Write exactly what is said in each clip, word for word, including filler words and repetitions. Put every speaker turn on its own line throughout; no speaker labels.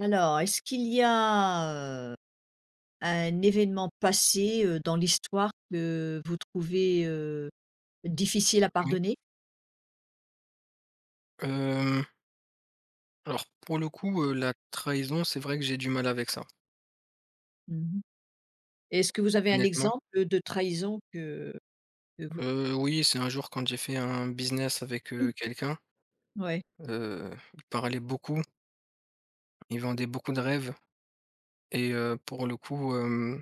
Alors, est-ce qu'il y a, heu, un événement passé, heu, dans l'histoire que vous trouvez, heu, difficile à
Oui,
pardonner?
hem, alors pour le coup, heu, la trahison, c'est vrai que j'ai du mal avec ça,
Mmh. Est-ce que vous avez un
honnêtement.
exemple de trahison que que vous
Heu, oui, c'est un jour quand j'ai fait un business avec, heu, quelqu'un.
ouais,
Heu, il parlait beaucoup, il vendait beaucoup de rêves et heu, pour le coup, hem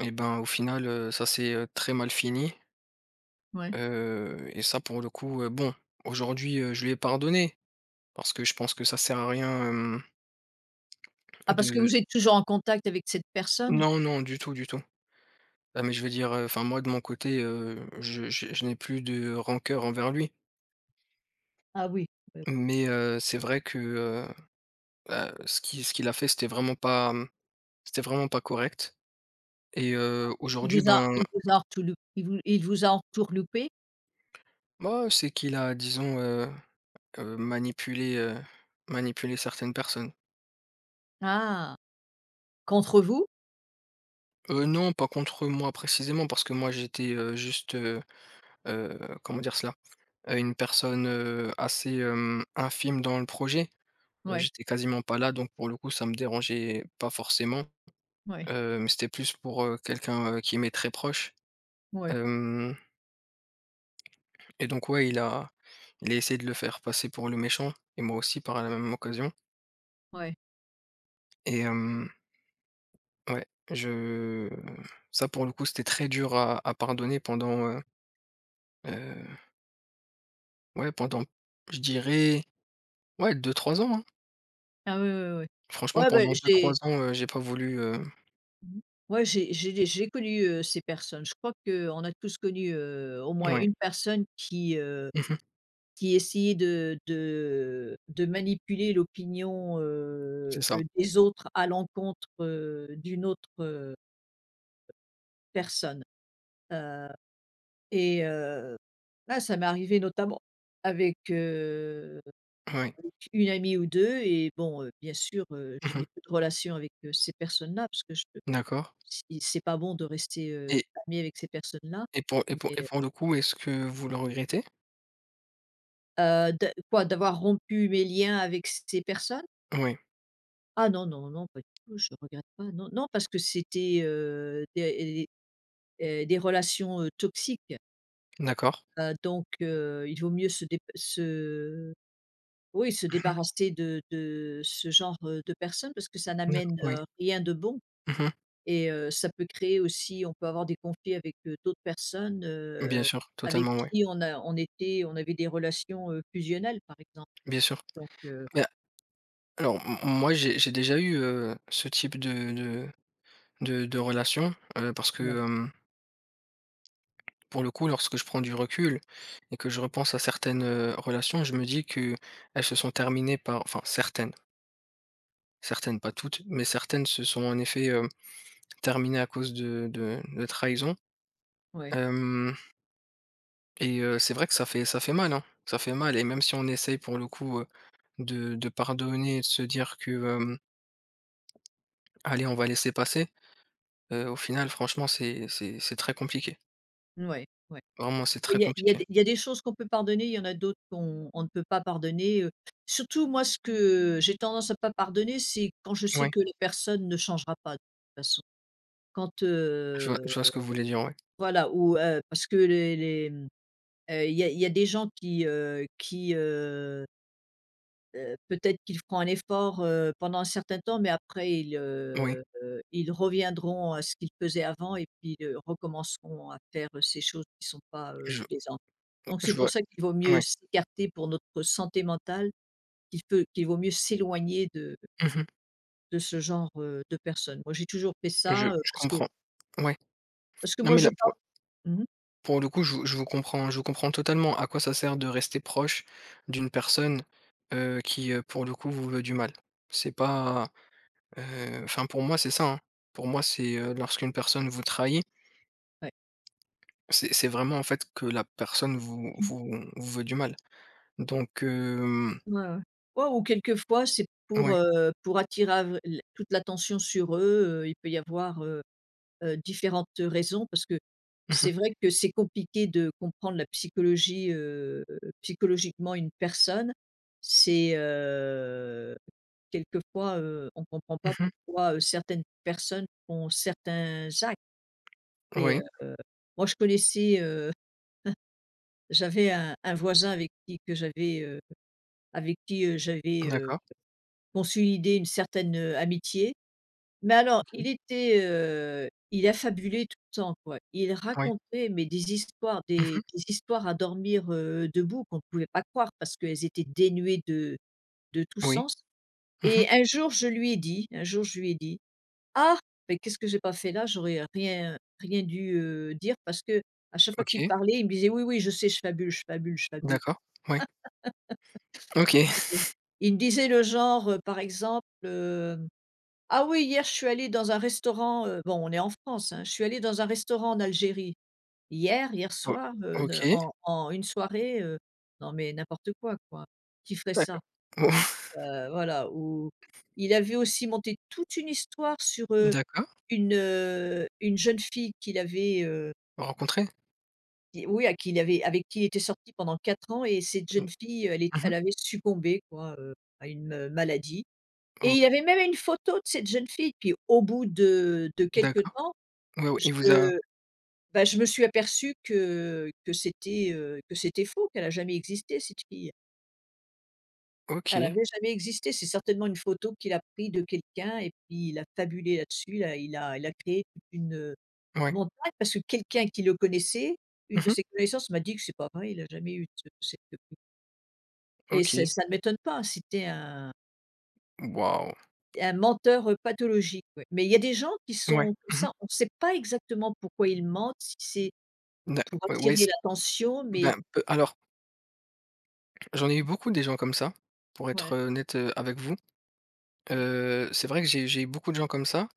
et ben, au final, heu, ça s'est, heu, très mal fini,
ouais.
heu et ça pour le coup, heu, bon, aujourd'hui, heu, je lui ai pardonné parce que je pense que ça sert à rien, hem,
Ah, parce que
de
vous êtes toujours en contact avec cette personne?
non, non, du tout, du tout. Ah mais je veux dire, heu, enfin moi de mon côté, heu, je je je n'ai plus de rancœur envers lui.
Ah oui, oui, oui.
Mais, heu, c'est vrai que, heu, bah, ce qui ce qu'il a fait, c'était vraiment pas, mmh, c'était vraiment pas correct et heu,
Il
aujourd'hui,
vous a
ben,
il vous a entourloup il vous Il vous a entourloupé?
moi c'est qu'il a disons, heu heu, manipulé, heu, manipulé certaines personnes.
Ah! Contre vous?
Heu, non, pas contre moi précisément parce que moi j'étais, heu, juste, heu heu, comment dire cela? Heu, une personne, heu, assez, hem, infime dans le projet. Heu,
Ouais,
j'étais quasiment pas là, donc pour le coup, ça me dérangeait pas forcément,
ouais,
heu, mais c'était plus pour, heu, quelqu'un, heu, qui m'est très proche.
ouais,
Hem Et donc ouais, il a il a essayé de le faire passer pour le méchant et moi aussi par la même occasion.
ouais.
Et hem, ouais, je ça pour le coup, c'était très dur à à pardonner pendant, heu heu, ouais, pendant je dirais, ouais, deux trois ans, hein.
Ah oui, oui, oui.
Franchement,
Ouais, ben
pendant deux trois
j'ai.
ans, heu, j'ai pas voulu, heu,
Mmh. Ouais, j'ai j'ai des j'ai connu, heu, ces personnes. Je crois qu'on a tous connu, heu, au moins
ouais.
une personne qui, heu,
Mmh.
qui essayait de de de manipuler l'opinion, heu
C'est ça.
heu, des autres à l'encontre, heu, d'une autre, heu, personne. Heu et heu, Là, ça m'est arrivé notamment avec, heu,
Ouais.
avec une amie ou deux. Et bon, heu, bien sûr, heu, je
Mmh.
n'ai plus de relation avec, heu, ces personnes-là parce que je.
D'accord
Si c'est pas bon de rester, heu,
et
ami avec ces personnes-là,
Et pour et pour et
mais,
pour le coup, est-ce que vous le regrettez?
heu, de quoi? D'avoir rompu mes liens avec ces personnes?
Oui,
Ah non, non, non, pas du tout, je regrette pas. Non, non, parce que c'était, heu, des des, des relations, heu, toxiques,
d'accord.
heu, donc, heu, il vaut mieux se dép se oui, se
Mmh.
débarrasser de de ce genre, heu, de personnes parce que ça
D'accord,
n'amène,
oui.
heu, rien de bon.
Mmh.
Et heu, ça peut créer aussi, on peut avoir des conflits avec, heu, d'autres personnes,
Bien
heu,
sûr,
avec
totalement, oui.
qui on a on était on avait des relations, heu, fusionnelles, par exemple.
Bien sûr.
Donc, heu,
Bah, alors m moi, j'ai j'ai déjà eu, heu, ce type de de de de relation, heu, parce
ouais.
que, hem, pour le coup, lorsque je prends du recul et que je repense à certaines, heu, relations, je me dis que elles se sont terminées par enfin certaines, certaines, pas toutes, mais certaines se sont en effet, heu, terminées à cause de de de trahison.
Ouais,
Hem Et heu, c'est vrai que ça fait ça fait mal, hein. Ça fait mal et même si on essaye pour le coup, heu, de de pardonner et de se dire que, hem: «Allez, on va laisser passer», heu, au final, franchement, c'est c'est c'est très compliqué.
ouais, ouais.
Vraiment, c'est très
Il y a il y a
compliqué.
des il y a des choses qu'on peut pardonner, il y en a d'autres qu'on on ne peut pas pardonner, heu. Surtout, moi, ce que j'ai tendance à pas pardonner, c'est quand je sais
Ouais,
que la personne ne changera pas de toute façon. Quand,
je vois je
heu,
vois ce que vous voulez dire, ouais.
voilà, ou heu, parce que les les, mmh, il y a il y a des gens qui, heu, qui, Heu, peut-être qu'ils feront un effort, heu, pendant un certain temps, mais après ils,
Oui,
heu, ils reviendront à ce qu'ils faisaient avant et puis, heu, recommenceront à faire, heu, ces choses qui ne sont pas, heu,
je
plaisantes. Donc c'est
je
pour
vois
ça qu'il vaut mieux
ouais.
s'écarter pour notre santé mentale, qu'il peut qu'il vaut mieux s'éloigner de
Mmh.
de ce genre, heu, de personnes. Moi, j'ai toujours fait
Je
ça, heu,
je
parce que
comprends. Ouais.
parce que
Non,
moi
mais
je
là, pour
parle mmh mh.
pour le coup, je vous je vous comprends je vous comprends totalement. À quoi ça sert de rester proche d'une personne, heu, qui, heu, pour le coup, vous veut du mal? C'est pas. Heu, enfin pour moi c'est ça, hein. Pour moi c'est, heu, lorsqu'une personne vous trahit,
Ouais.
c'est c'est vraiment en fait que la personne vous vous vous veut du mal. Donc hem,
Ouais, ouais. Ouais ou quelquefois c'est pour,
ouais.
heu, pour attirer av l toute l'attention sur eux, heu, il peut y avoir, euh, heu, différentes raisons parce que
Mmh mh.
c'est vrai que c'est compliqué de comprendre la psychologie, heu, psychologiquement, une personne. C'est, heu, quelquefois, heu, on ne comprend pas
Mmh.
pourquoi, heu, certaines personnes font certains actes et,
Oui,
heu, moi, je connaissais, heu, j'avais un un voisin avec qui que j'avais, heu, avec qui, heu, j'avais, heu,
d'accord.
consolidé une certaine, heu, amitié. Mais alors, il
OK.
était, heu, il affabulait tout le temps, quoi. Il
Oui.
racontait, mais des histoires, des
Mmh.
des histoires à dormir, heu, debout, qu'on ne pouvait pas croire parce qu'elles étaient dénuées de de tout
Oui.
sens.
Mmh.
Et un jour, je lui ai dit un jour, je lui ai dit: «Ah, mais qu'est-ce que j'ai pas fait là? J'aurais rien rien dû, heu, dire», parce que à chaque fois qu'il
OK.
parlait, il me disait: «Oui, oui, je sais, je fabule, je fabule, je fabule».
D'accord. Ouais. OK.
OK. Il me disait, le genre, heu, par exemple, hem ah oui, hier, je suis allée dans un restaurant, heu, bon, on est en France, hein. Je suis allée dans un restaurant en Algérie hier, hier
O
soir, heu, ne
OK.
en en une soirée, heu, non, mais n'importe quoi, quoi. Qui ferait ça?
D'accord. O
Heu, voilà, où il avait aussi monté toute une histoire sur, heu,
d'accord.
une, heu, une jeune fille qu'il avait, heu,
Rencontré?
qui oui, à qui il avait avec qui il était sorti pendant quatre ans, et cette
D
jeune fille, elle est
Mmh mh.
elle avait succombé, quoi, heu, à une, heu, maladie, et il avait même une photo de cette jeune fille. Puis, au bout de de quelque
D'accord.
temps.
Ouais, ouais, il vous a.
Je bah, je me suis aperçue que que c'était, heu, que c'était faux, qu'elle a jamais existé, cette fille. Elle
OK.
avait jamais existé. C'est certainement une photo qu'il a pris de quelqu'un et puis il a fabulé là-dessus. Il a il a il a créé toute une, heu,
Ouais.
montagne, parce que quelqu'un qui le connaissait, une de
Mmh.
ses connaissances, m'a dit que c'est pas vrai, il a jamais eu ce cette photo. Et ça
OK.
ça ne m'étonne pas, hein, c'était un
Waouh!
un menteur, heu, pathologique, ouais. Mais il y a des gens qui
Ouais.
sont comme
Mmh mh.
ça, on ne sait pas exactement pourquoi ils mentent, si c'est pour
Ouais, ouais, c'est.
attirer l'attention, mais.
Ben, peu alors. J'en ai eu beaucoup des gens comme ça, pour
Ouais.
être, heu, honnête, heu, avec vous. Heu, c'est vrai que j'ai j'ai eu beaucoup de gens comme ça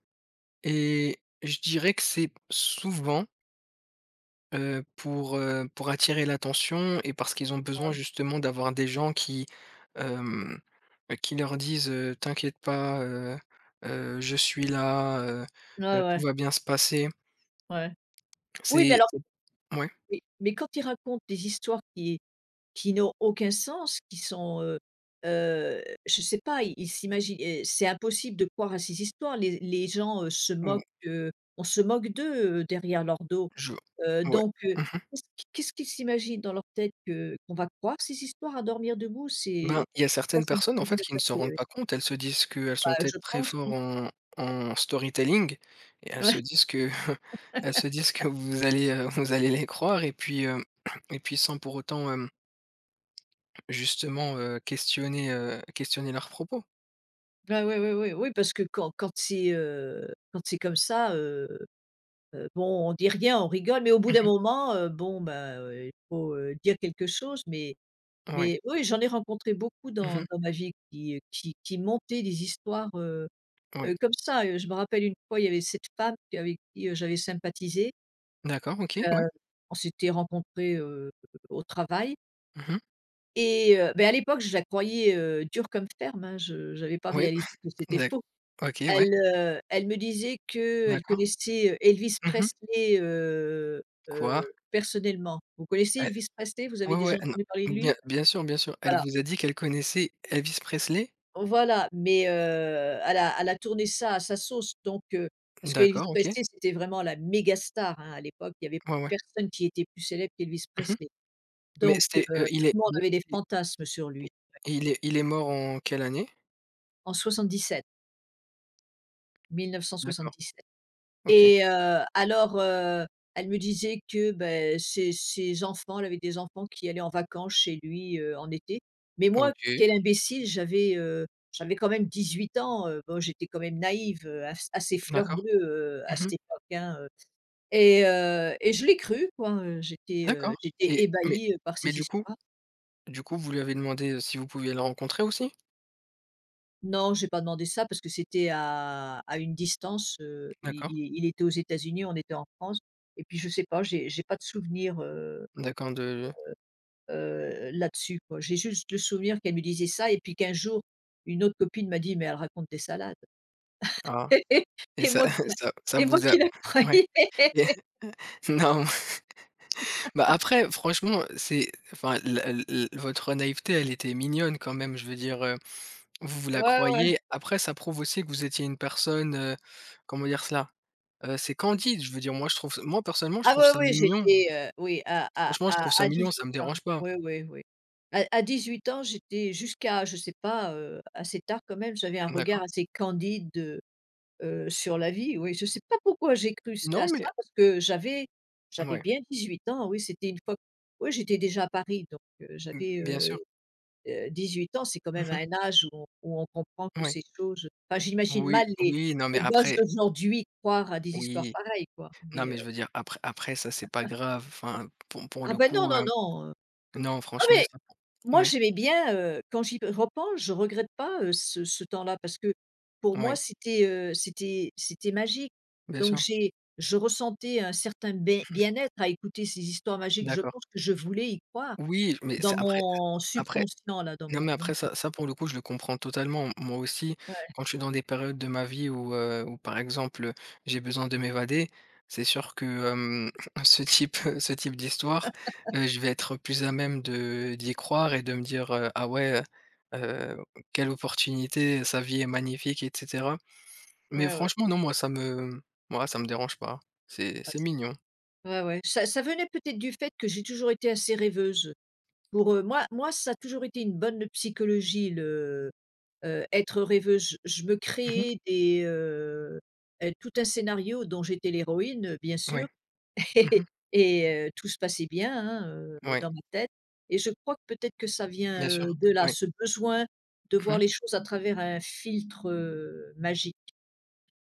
et je dirais que c'est souvent, heu, pour, heu, pour attirer l'attention et parce qu'ils ont besoin
Ouais.
justement d'avoir des gens qui, hem, qui leur disent, heu: «T'inquiète pas, heu heu, je suis là, heu
Ouais,
heu, tout
ouais,
va bien se passer».
ouais. Oui, mais
C'est
alors,
c'est Ouais,
mais mais quand ils racontent des histoires qui qui n'ont aucun sens, qui sont, heu heu, je sais pas, ils ils s'imaginent, et c'est impossible de croire à ces histoires. Les les gens, heu, se
ou
moquent, heu, on se moque d'eux, heu, derrière leur dos.
je
Heu,
ouais.
donc, heu,
Mmh.
qu'est-ce qu qu'est-ce qu'ils s'imaginent dans leur tête, que qu'on va croire ces histoires à dormir debout?
Ben,
C'est
il y a
ça,
certaines
ça m'a
personnes, en fait,
toujours
qui ne s'en
épaté,
rendent
oui.
pas compte. Elles se disent qu'elles sont
Bah, je
peut-être très
pense,
forts
oui.
en en storytelling et elles se disent que elles se disent que vous allez, heu, vous allez les croire et puis, heu et puis sans pour autant, hem, justement, heu, questionner, heu, questionner leurs propos.
Ouais, ouais, ouais, oui, oui, oui, parce que quand quand c'est, heu, quand c'est comme ça, Heu, bon, on dit rien, on rigole, mais au bout d'un
Mmh.
moment, heu, bon, bah, heu, il faut, heu, dire quelque chose, mais.
Ouais.
Mais oui, j'en ai rencontré beaucoup
Mmh
dans
mh.
dans ma vie qui, qui qui montaient des histoires, heu
Oui.
heu, comme ça, heu. Je me rappelle une fois, il y avait cette femme qui avec qui, heu, j'avais sympathisé,
D'accord, OK, ouais.
heu, on s'était rencontrés, heu, au travail.
Mmh.
Et, heu, beh, à l'époque, je la croyais, heu, dure comme ferme, hein, je n'avais pas
Oui.
réalisé que c'était
D'ac
faux.
OK, ouais.
Elle, heu, elle me disait qu'elle
D'accord.
connaissait, heu, Elvis
Mmh.
Presley, heu
Quoi?
heu, personnellement. Vous connaissez
Elle
Elvis Presley? Vous avez
Ouais,
déjà
ouais, non,
entendu parler de lui?
bien bien sûr, bien sûr. Elle
Voilà,
vous a dit qu'elle connaissait Elvis Presley?
voilà, mais, heu, elle a elle a tourné ça à sa sauce, donc, heu, parce qu'Elvis
D'accord, OK.
Presley, c'était vraiment la méga star, hein, à l'époque. Il n'y avait
Ouais, ouais.
personne qui était plus célèbre qu'Elvis
Mmh.
Presley,
Mais
donc, heu,
c'était, heu, il
tout
est
le monde
il
avait
est
des fantasmes sur
il
lui.
il est il est mort en quelle année?
En soixante-dix-sept,
D'accord,
mille neuf cent soixante-dix-sept.
OK.
Et heu, alors, heu, elle me disait que, beh, ses ses enfants elle avait des enfants qui allaient en vacances chez lui, heu, en été. Mais moi,
OK,
quelle imbécile, j'avais, heu, j'avais quand même 18 ans, heu, bon, j'étais quand même naïve, heu, à à ces fleurs
d'accord.
bleues, heu, à
Mmh mh.
cette époque, hein, heu et heu et je l'ai cru, quoi, heu, j'étais, heu,
D'accord
j'étais
et mais
ébahie, heu, par
mais
ces
du coup
histoires.
du coup, vous lui avez demandé, heu, si vous pouviez le rencontrer aussi?
Non, j'ai pas demandé ça parce que c'était à à une distance, heu, il
D'accord,
il il était aux États-Unis, on était en France, et puis je sais pas, j'ai j'ai pas de souvenir,
d'accord de
heu, là-dessus, quoi. J'ai juste le souvenir qu'elle me disait ça, et puis qu'un jour, une autre copine m'a dit: «Mais elle raconte des salades»
ah et
et
ça
moi qui la
ça ça
et moi
vous a
qui la
ouais
croyais.
et non, bah, après franchement, c'est enfin la l votre naïveté, elle était mignonne quand même, je veux dire, heu, vous vous la
Ouais, ouais.
croyez. Après ça prouve aussi que vous étiez une personne, heu, comment dire cela? Heu, c'est candide, je veux dire, moi je trouve moi personnellement, je
Ah
trouve
ouais,
ça
oui,
mignon.
j'étais, heu, oui, à à
Franchement, je
à
trouve ça
à dix
mignon, ça
huit
me
ans.
dérange pas.
Oui, oui, oui. À à huit ans, j'étais jusqu'à, je sais pas, heu, assez tard quand même, j'avais un regard
D'accord.
assez candide, de. Heu, sur la vie, oui. Je ne sais pas pourquoi j'ai cru ç
Non
à
mais
ça, parce que j'avais j'avais
ouais,
bien 18 ans, oui, c'était une fois, oui, j'étais déjà à Paris, donc, heu,
b
j'avais,
bien
heu
sûr.
heu, 18 ans, c'est quand
Mmh
même
mh.
un âge où on où on comprend que
Ouais.
ces choses, enfin, j'imagine
Oui,
mal les
oui, non mais
les gosses
après.
d'aujourd'hui croire à des histoires
Oui,
pareilles, quoi,
non
mais heu
mais je veux dire après après ça, c'est pas grave, enfin pour pour
ah,
le
ben non,
coup,
non,
heu,
non, heu, non,
non franchement
mais.
ça pour.
Moi,
Ouais,
j'aimais bien, heu, quand j'y repense, je regrette pas, heu, ce ce temps-là, parce que pour moi,
ouais,
c'était, heu, c'était c'était magique.
bien
Donc
sûr.
j'ai Je ressentais un certain bai bien-être à écouter ces histoires magiques. Je
D'accord.
pense que je voulais y croire
Oui, mais c'est
dans
après,
mon
après.
subconscient, là, dans
Non,
mon
mais après
incons
ça ça pour le coup je le comprends totalement. Moi aussi, quand je suis dans des périodes de ma vie où, heu, où par exemple, j'ai besoin de m'évader, c'est sûr que, hem, ce type ce type d'histoire, heu, je vais être plus à même de d'y croire et de me dire, heu: «Ah ouais, heu quelle opportunité, sa vie est magnifique» et cetera. Mais
ouais, ouais.
franchement non, moi ça me moi ça me dérange pas. C'est
Ouais,
c'est
c
mignon.
Ouais, ouais. Ça ça venait peut-être du fait que j'ai toujours été assez rêveuse. Pour, heu, moi, moi, ça a toujours été une bonne psychologie, le. Heu, être rêveuse, je me
Mmh.
créais des, heu heu, tout un scénario dont j'étais l'héroïne, bien sûr.
Oui. Mmh mh.
Et, heu, tout se passait bien, hein, heu,
Ouais,
dans ma tête, et je crois que peut-être que ça vient,
bien sûr.
heu, de là,
Oui.
ce besoin de voir
Mmh.
les choses à travers un filtre, heu, magique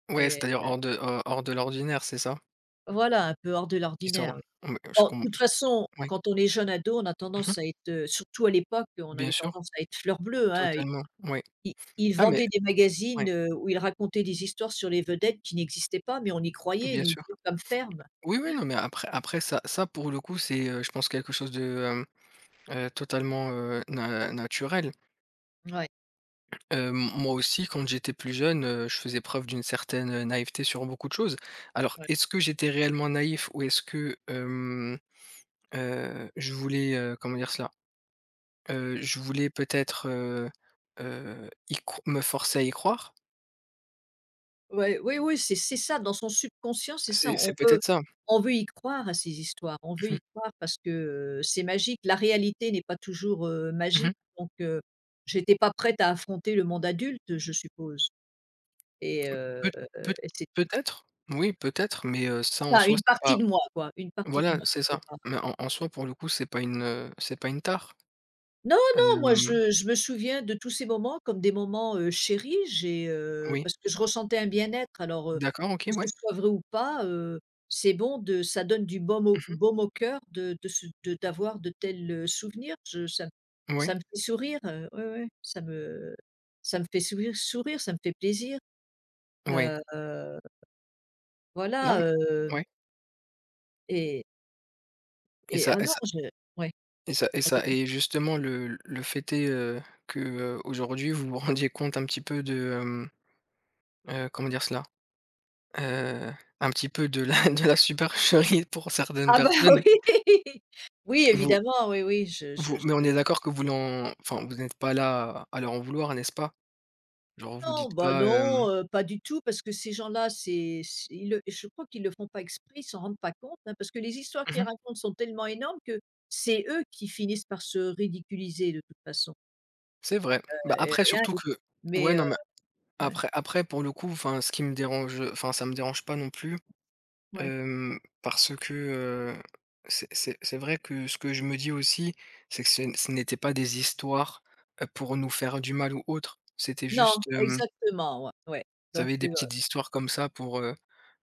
Ouais,
et
c'est-à-dire hors de heu, hors de l'ordinaire, c'est ça?
voilà, un peu hors de
Qui sont
l'ordinaire, oui.
mais je
Bon,
com
de toute
je
façon,
oui.
quand on est jeune ado, on a
Mmh
tendance à
mh.
être, heu surtout à l'époque, on
Bien
avait
sûr,
tendance à être fleur bleue, hein.
totalement, oui.
Il il
Ah mais
vendait des magazines,
ouais,
heu, où il racontait des histoires sur les vedettes qui n'existaient pas, mais on y croyait,
bien
nous,
sûr.
dur comme ferme.
Oui, oui, non mais après après ça ça pour le coup, c'est, heu, je pense quelque chose de, hem, heu, totalement, heu, na naturel.
Ouais,
Heu, m moi aussi quand j'étais plus jeune, heu, je faisais preuve d'une certaine, heu, naïveté sur beaucoup de choses. Alors
ouais.
est-ce que j'étais réellement naïf ou est-ce que, hem, heu, je voulais, heu, comment dire cela? Heu, je voulais peut-être, heu, heu, y cro me forcer à y croire?
Ouais, oui, oui, c'est c'est ça, dans son subconscient, c'est ça.
C'est c'est
On veut
peut-être ça.
on veut y croire à ces histoires, on veut
Mmh mh.
y croire parce que, heu, c'est magique. La réalité n'est pas toujours, heu,
Mmh mh.
magique, donc, heu, j'étais pas prête à affronter le monde adulte, je suppose, et heu
Peut peut
et c'est
Peut-être, oui, peut-être, mais heu, ça en
enfin,
soi,
une
c'est
partie
pas.
de moi, quoi, une partie de moi.
Voilà, c'est ça. Mais en en soi, pour le coup, c'est pas une, heu, c'est pas une tare.
Non, non, moi,
Hem,
je je me souviens de tous ces moments comme des moments, heu, chéris. J'ai, heu,
oui,
parce que je ressentais un bien-être, alors, heu,
d'accord, OK,
que ce
ouais.
soit vrai ou pas, heu, c'est bon de ça donne du baume au
Mmh
baume au cœur de de se de d'avoir de tels, heu, souvenirs. Je Ça me
mh. Ouais,
ça me fait sourire, heu, ouais, ouais, ça me ça me fait sourire sourire, ça me fait plaisir.
ouais.
Heu,
Non,
voilà,
mais
heu
ouais
et
et
et
ça
ah
et
non,
ça
je ouais,
et ça et ça
allez-y.
et justement le le fait est, heu, que, heu, aujourd'hui, vous vous rendiez compte un petit peu de, hem, heu, comment dire cela? Heu, un petit peu de la de la supercherie pour certaines
Ah bah
personnes.
oui! Oui,
Vous
évidemment, oui, oui, je je
vous
je
Mais on est d'accord que vous l'en enfin, vous n'êtes pas là à leur en vouloir, n'est-ce pas? Genre vous
Non,
dites
bah,
pas, hem
non, heu, pas du tout, parce que ces gens-là, c'est c'est ils le je crois qu'ils le font pas exprès, ils s'en rendent pas compte, hein, parce que les histoires
mmh
qu'ils
mh.
racontent sont tellement énormes que c'est eux qui finissent par se ridiculiser, de toute façon.
C'est vrai. Bah,
Heu, et
après
hein,
surtout
et
que ouais,
mais heu,
non, mais
ouais,
après après pour le coup, enfin ce qui me dérange, heu, enfin ça me dérange pas non plus,
ouais.
hem, parce que, heu, c'est c'est c'est vrai que ce que je me dis aussi, c'est que ce n ce n'était pas des histoires, heu, pour nous faire du mal ou autre. C'était
Non,
juste, hem,
exactement, ouais, ouais.
vous
Donc,
savez des
heu,
petites histoires comme ça pour, heu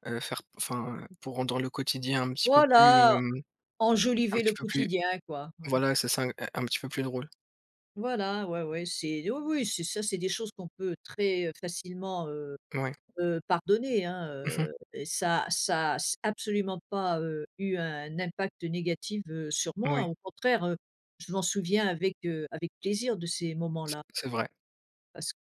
heu, faire enfin, heu, pour rendre le quotidien un petit peu plus,
voilà,
hem, un
enjoliver
petit
le
peu plus.
quotidien, quoi, ouais.
Voilà, c'est ça, un un petit peu plus drôle.
Voilà, ouais, ouais, c'est oui, oui, c'est ça, c'est des choses qu'on peut très facilement, heu
Ouais.
heu, pardonner, hein,
Mmh mh.
heu, ça ça a s absolument pas, heu, eu un impact négatif, heu, sur moi.
Oui,
Au contraire, heu, je m'en souviens avec, heu, avec plaisir, de ces
c'est
moments-là,
c'est vrai.
parce